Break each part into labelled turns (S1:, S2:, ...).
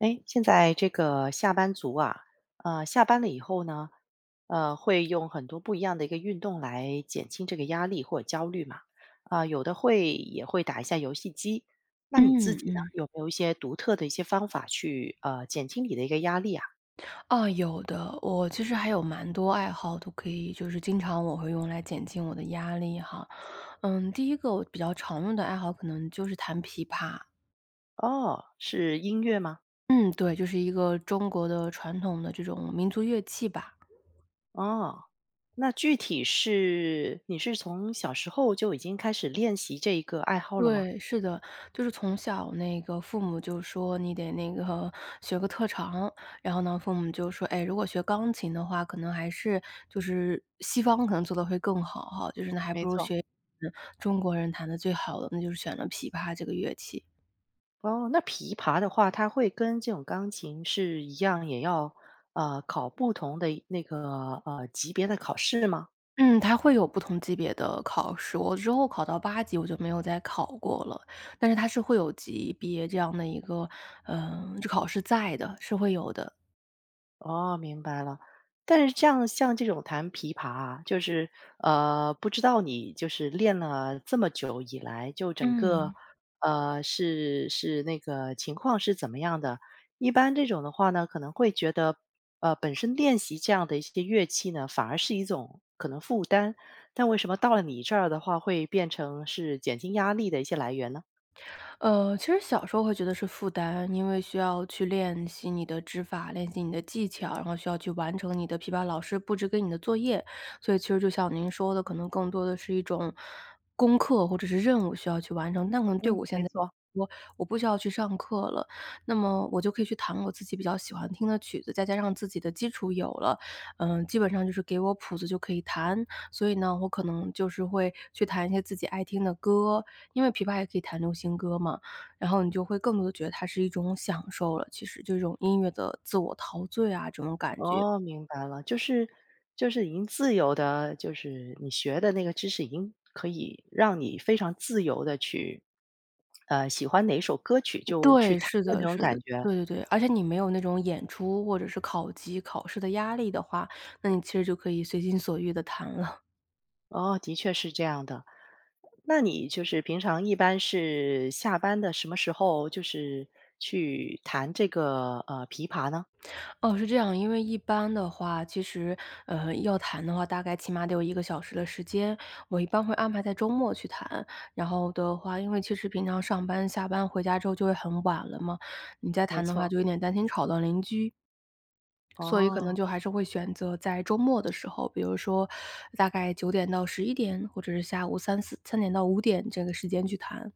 S1: 哎，现在这个下班族啊，下班了以后呢，会用很多不一样的一个运动来减轻这个压力或者焦虑嘛。啊、有的会也会打一下游戏机。那你自
S2: 嗯
S1: 己呢，
S2: 嗯，
S1: 有没有一些独特的一些方法去减轻你的一个压力啊？
S2: 啊，有的。我其实还有蛮多爱好都可以，就是经常我会用来减轻我的压力哈。嗯，第一个我比较常用的爱好可能就是弹琵琶。
S1: 哦，是音乐吗？
S2: 嗯，对，就是一个中国的传统的这种民族乐器吧。
S1: 哦，那具体是你是从小时候就已经开始练习这一个爱好了吗？
S2: 对，是的，就是从小那个父母就说你得那个学个特长，然后呢，父母就说，哎，如果学钢琴的话，可能还是就是西方可能做的会更好哈，就是那还
S1: 没
S2: 不如
S1: 错。
S2: 学嗯中国人弹的最好的，那就是选了琵琶这个乐器。
S1: 哦，那琵琶的话，它会跟这种钢琴是一样，也要考不同的那个级别的考试吗？
S2: 嗯，它会有不同级别的考试，我之后考到8级我就没有再考过了，但是它是会有级别这样的一个，就考试在的，是会有的。
S1: 哦，明白了。但是这样像这种弹琵琶啊，就是不知道你就是练了这么久以来，就整个
S2: 嗯，
S1: 那个情况是怎么样的？一般这种的话呢，可能会觉得本身练习这样的一些乐器呢，反而是一种可能负担。但为什么到了你这儿的话，会变成是减轻压力的一些来源呢？
S2: 其实小时候会觉得是负担，因为需要去练习你的指法，练习你的技巧，然后需要去完成你的琵琶老师布置给你的作业。所以其实就像您说的，可能更多的是一种功课或者是任务需要去完成。但可能对
S1: 嗯，
S2: 我现
S1: 没
S2: 在
S1: 错。
S2: 说，我不需要去上课了，那么我就可以去弹我自己比较喜欢听的曲子，再加上自己的基础有了，基本上就是给我谱子就可以弹。所以呢，我可能就是会去弹一些自己爱听的歌，因为琵琶也可以弹流行歌嘛，然后你就会更多的觉得它是一种享受了，其实就这种音乐的自我陶醉啊，这种感觉。
S1: 哦，明白了，就是已经自由的，就是你学的那个知识已经可以让你非常自由的去，喜欢哪首歌曲就去
S2: 对，
S1: 弹
S2: 是
S1: 的那
S2: 的
S1: 种
S2: 是
S1: 感
S2: 的，
S1: 觉。
S2: 对对对，而且你没有那种演出或者是考级考试的压力的话，那你其实就可以随心所欲的弹了。
S1: 哦，的确是这样的。那你就是平常一般是下班的什么时候，就是去弹这个，琵琶呢？
S2: 哦，是这样，因为一般的话，其实，要谈的话，大概起码得有1个小时的时间，我一般会安排在周末去谈。然后的话，因为其实平常上班、下班回家之后就会很晚了嘛，你再
S1: 没
S2: 谈的话
S1: 错，
S2: 就有点担心吵到邻居，所以可能
S1: 哦。
S2: 就还是会选择在周末的时候，比如说大概9点到11点，或者是下午3点到5点这个时间去谈。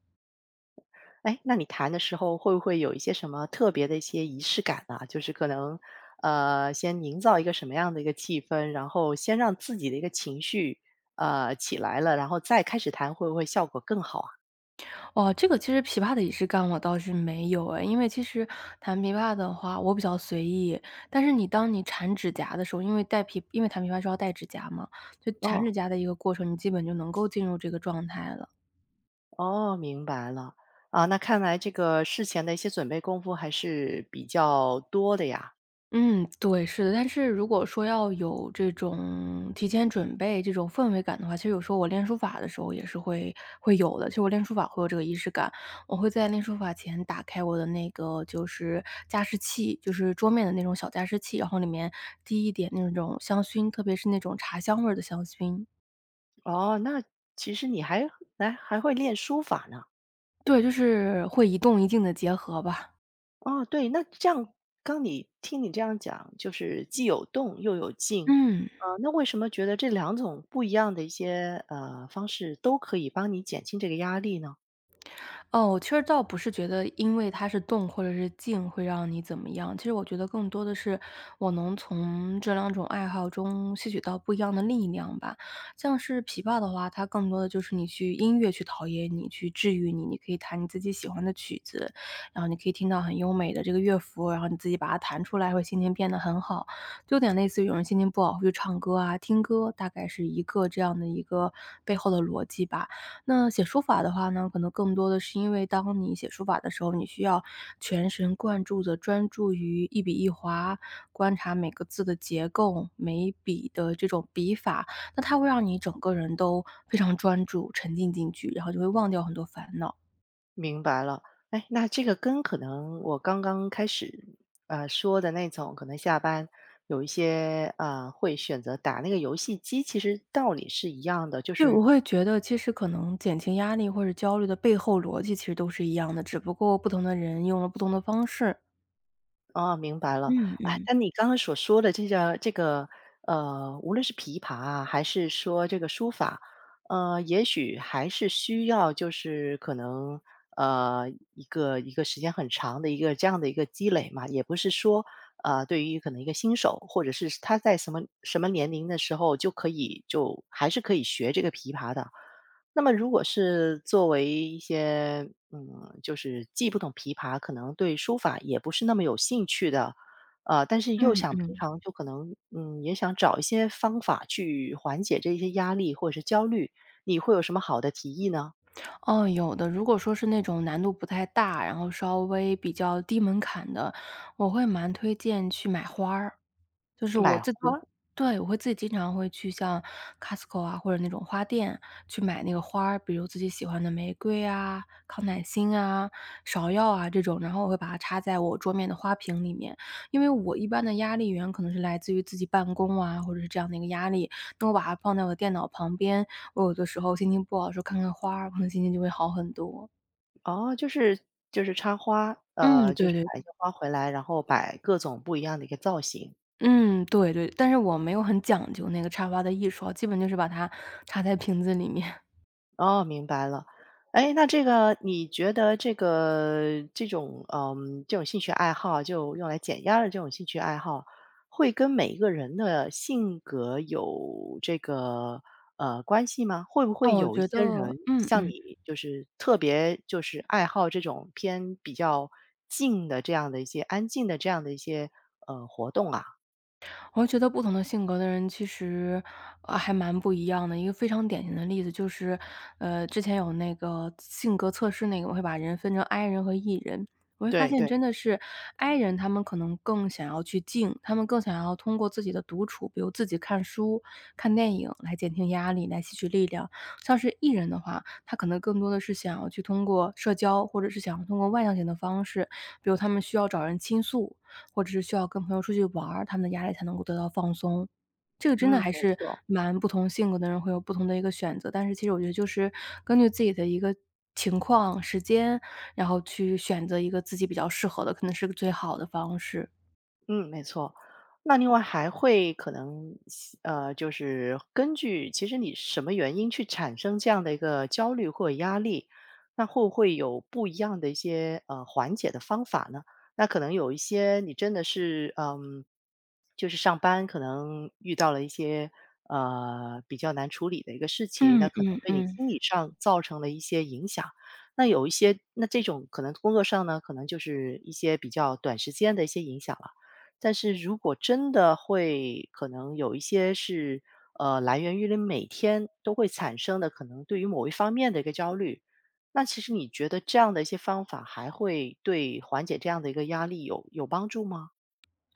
S1: 哎，那你弹的时候会不会有一些什么特别的一些仪式感啊？就是可能，先营造一个什么样的一个气氛，然后先让自己的一个情绪，起来了，然后再开始弹，会不会效果更好啊？
S2: 哦，这个其实琵琶的仪式感我倒是没有哎，因为其实弹琵琶的话，我比较随意。但是你当你缠指甲的时候，因为因为弹琵琶是要带指甲嘛，就缠
S1: 哦。
S2: 指甲的一个过程，你基本就能够进入这个状态了。
S1: 哦，明白了。啊，那看来这个事前的一些准备功夫还是比较多的呀。
S2: 嗯，对，是的。但是如果说要有这种提前准备、这种氛围感的话，其实有时候我练书法的时候也是会有的。其实我练书法会有这个仪式感，我会在练书法前打开我的那个就是加湿器，就是桌面的那种小加湿器，然后里面滴一点那种香薰，特别是那种茶香味儿的香薰。
S1: 哦，那其实你还还会练书法呢。
S2: 对，就是会一动一静的结合吧。
S1: 哦，对，那这样刚你听你这样讲，就是既有动又有静，
S2: 嗯。
S1: 那为什么觉得这两种不一样的一些方式都可以帮你减轻这个压力呢？
S2: 哦，我其实倒不是觉得因为它是动或者是静会让你怎么样，其实我觉得更多的是我能从这两种爱好中吸取到不一样的力量吧。像是琵琶的话，它更多的就是你去音乐去陶冶你，去治愈你，你可以弹你自己喜欢的曲子，然后你可以听到很优美的这个乐符，然后你自己把它弹出来，会心情变得很好。就有点类似于有人心情不好会去唱歌啊、听歌，大概是一个这样的一个背后的逻辑吧。那写书法的话呢，可能更多的是因为当你写书法的时候，你需要全神贯注地专注于一笔一划，观察每个字的结构，每一笔的这种笔法，那它会让你整个人都非常专注，沉浸进去，然后就会忘掉很多烦恼。
S1: 明白了。哎，那这个跟可能我刚刚开始说的那种，可能下班有一些会选择打那个游戏机，其实道理是一样的，就
S2: 对，
S1: 是
S2: 我会觉得其实可能减轻压力或者焦虑的背后逻辑其实都是一样的，只不过不同的人用了不同的方式。
S1: 哦，明白了。
S2: 嗯
S1: 哎，
S2: 嗯。
S1: 但你刚刚所说的这个，无论是琵琶啊，还是说这个书法，也许还是需要就是可能，呃，一个时间很长的一个这样的一个积累嘛，也不是说，对于可能一个新手，或者是他在什么什么年龄的时候就可以就还是可以学这个琵琶的。那么如果是作为一些，嗯，就是既不懂琵琶，可能对书法也不是那么有兴趣的，但是又想
S2: 嗯，
S1: 平常就可能，嗯，也想找一些方法去缓解这些压力或者是焦虑，你会有什么好的提议呢？
S2: 哦，有的。如果说是那种难度不太大，然后稍微比较低门槛的，我会蛮推荐去买花儿。就是我
S1: 买，
S2: 自己会对，我会自己经常会去像 Costco 啊，或者那种花店去买那个花儿，比如自己喜欢的玫瑰啊、康乃馨啊、芍药啊这种，然后我会把它插在我桌面的花瓶里面。因为我一般的压力源可能是来自于自己办公啊，或者是这样的一个压力，那我把它放在我的电脑旁边，我有的时候心情不好的时候看看花儿，可能心情就会好很多。
S1: 哦，就是就是插花，
S2: 嗯，
S1: 就
S2: 对
S1: 是
S2: 对，
S1: 买一些花回来，然后摆各种不一样的一个造型。
S2: 嗯，对对，但是我没有很讲究那个插花的艺术啊基本就是把它插在瓶子里面。
S1: 哦，明白了。哎，那这个你觉得这个这种嗯，这种兴趣爱好，就用来减压的这种兴趣爱好，会跟每一个人的性格有这个关系吗？会不会
S2: 哦，我
S1: 有一
S2: 觉得
S1: 些人像你，就是特别就是爱好这种偏比较静的这样的一些安静的这样的一些活动啊？
S2: 我觉得不同的性格的人其实，还蛮不一样的。一个非常典型的例子就是，之前有那个性格测试那个，我会把人分成 I 人和 E 人。我会发
S1: 对
S2: 现真
S1: 对。
S2: 的是 I 人，他们可能更想要去静，他们更想要通过自己的独处，比如自己看书、看电影来减轻压力，来吸取力量。像是 E 人的话，他可能更多的是想要去通过社交，或者是想要通过外向型的方式，比如他们需要找人倾诉，或者是需要跟朋友出去玩儿他们的压力才能够得到放松。这个真
S1: 嗯，
S2: 的还
S1: 没
S2: 是
S1: 错。
S2: 蛮不同性格的人会有不同的一个选择，但是其实我觉得就是根据自己的一个情况、时间，然后去选择一个自己比较适合的，可能是个最好的方式。
S1: 嗯，没错。那另外还会可能，就是根据其实你什么原因去产生这样的一个焦虑或者压力，那会不会有不一样的一些缓解的方法呢？那可能有一些你真的是嗯，就是上班可能遇到了一些比较难处理的一个事情，
S2: 嗯
S1: 那可能
S2: 嗯
S1: 对你
S2: 嗯。
S1: 心理上造成了一些影响。那有一些，那这种可能工作上呢，可能就是一些比较短时间的一些影响了。但是如果真的会可能有一些是，来源于你每天都会产生的可能对于某一方面的一个焦虑，那其实你觉得这样的一些方法还会对缓解这样的一个压力有帮助吗？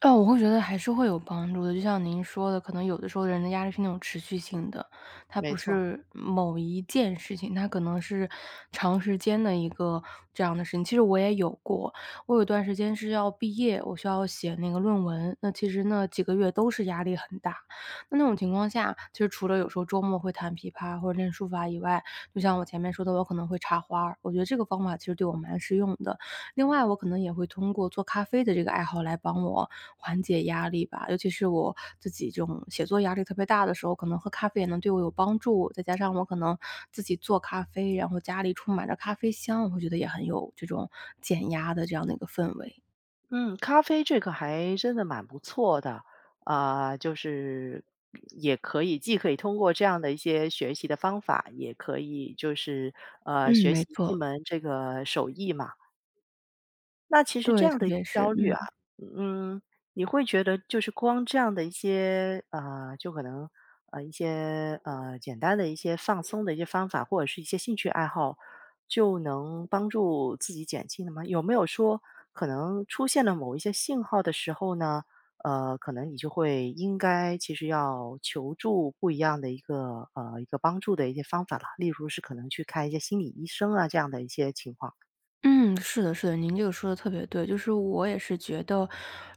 S2: 哦，我会觉得还是会有帮助的。就像您说的，可能有的时候人的压力是那种持续性的，它
S1: 没
S2: 不
S1: 错。
S2: 是某一件事情，它可能是长时间的一个这样的事情。其实我也有过，我有一段时间是要毕业，我需要写那个论文，那其实那几个月都是压力很大。那那种情况下，其实除了有时候周末会弹琵琶或者练书法以外，就像我前面说的，我可能会插花儿我觉得这个方法其实对我蛮实用的，另外，我可能也会通过做咖啡的这个爱好来帮我缓解压力吧，尤其是我自己这种写作压力特别大的时候，可能喝咖啡也能对我有帮助。再加上我可能自己做咖啡，然后家里充满着咖啡香，我会觉得也很有这种减压的这样的一个氛围。
S1: 嗯，咖啡这个还真的蛮不错的，啊，就是也可以既可以通过这样的一些学习的方法，也可以就是，
S2: 嗯，
S1: 学
S2: 没
S1: 习一
S2: 错，
S1: 门这个手艺嘛。那其实这
S2: 对，
S1: 样
S2: 特
S1: 的一个
S2: 别是
S1: 焦虑啊，
S2: 嗯。
S1: 嗯，你会觉得就是光这样的一些，就可能一些简单的一些放松的一些方法，或者是一些兴趣爱好，就能帮助自己减轻的吗？有没有说可能出现了某一些信号的时候呢？可能你就会应该其实要求助不一样的一个一个帮助的一些方法了，例如是可能去看一些心理医生啊这样的一些情况。
S2: 嗯，是的，是的，您这个说的特别对。就是我也是觉得，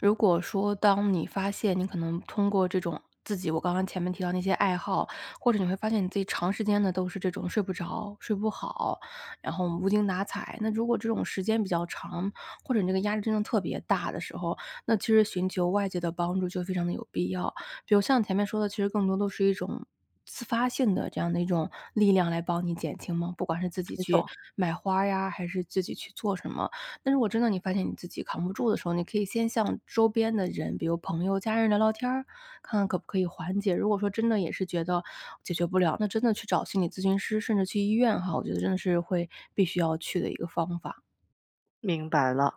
S2: 如果说当你发现你可能通过这种自己我刚刚前面提到那些爱好，或者你会发现你自己长时间的都是这种睡不着、睡不好，然后无精打采。那如果这种时间比较长，或者你这个压力真的特别大的时候，那其实寻求外界的帮助就非常的有必要。比如像前面说的，其实更多都是一种自发性的这样的一种力量来帮你减轻吗？不管是自己
S1: 没
S2: 去
S1: 错。
S2: 买花儿呀，还是自己去做什么。那如果真的你发现你自己扛不住的时候，你可以先向周边的人，比如朋友、家人聊聊天儿，看看可不可以缓解。如果说真的也是觉得解决不了，那真的去找心理咨询师，甚至去医院哈，我觉得真的是会必须要去的一个方法。
S1: 明白了。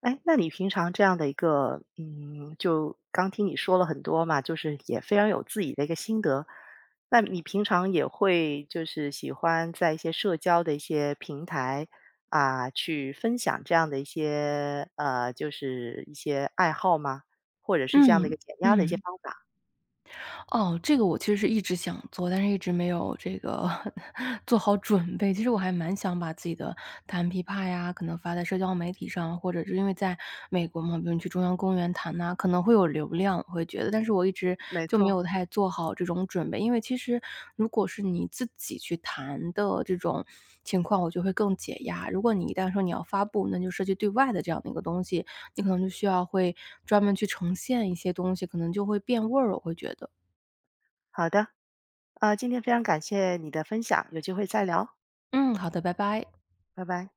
S1: 哎，那你平常这样的一个，嗯，就刚听你说了很多嘛，就是也非常有自己的一个心得。那你平常也会就是喜欢在一些社交的一些平台啊，去分享这样的一些，就是一些爱好吗？或者是这样的一
S2: 嗯，
S1: 个减压的一些
S2: 嗯。
S1: 方法？
S2: 哦，这个我其实是一直想做，但是一直没有这个 做好准备。其实我还蛮想把自己的弹琵琶呀，可能发在社交媒体上，或者是因为在美国嘛，比如你去中央公园弹呐、可能会有流量，我会觉得，但是我一直
S1: 没
S2: 就没
S1: 错。
S2: 有太做好这种准备。因为其实如果是你自己去弹的这种情况，我就会更解压。如果你一旦说你要发布，那就涉及对外的这样的一个东西，你可能就需要会专门去呈现一些东西，可能就会变味儿，我会觉得。
S1: 好的，今天非常感谢你的分享，有机会再聊，
S2: 嗯，好的，拜拜。
S1: 拜拜。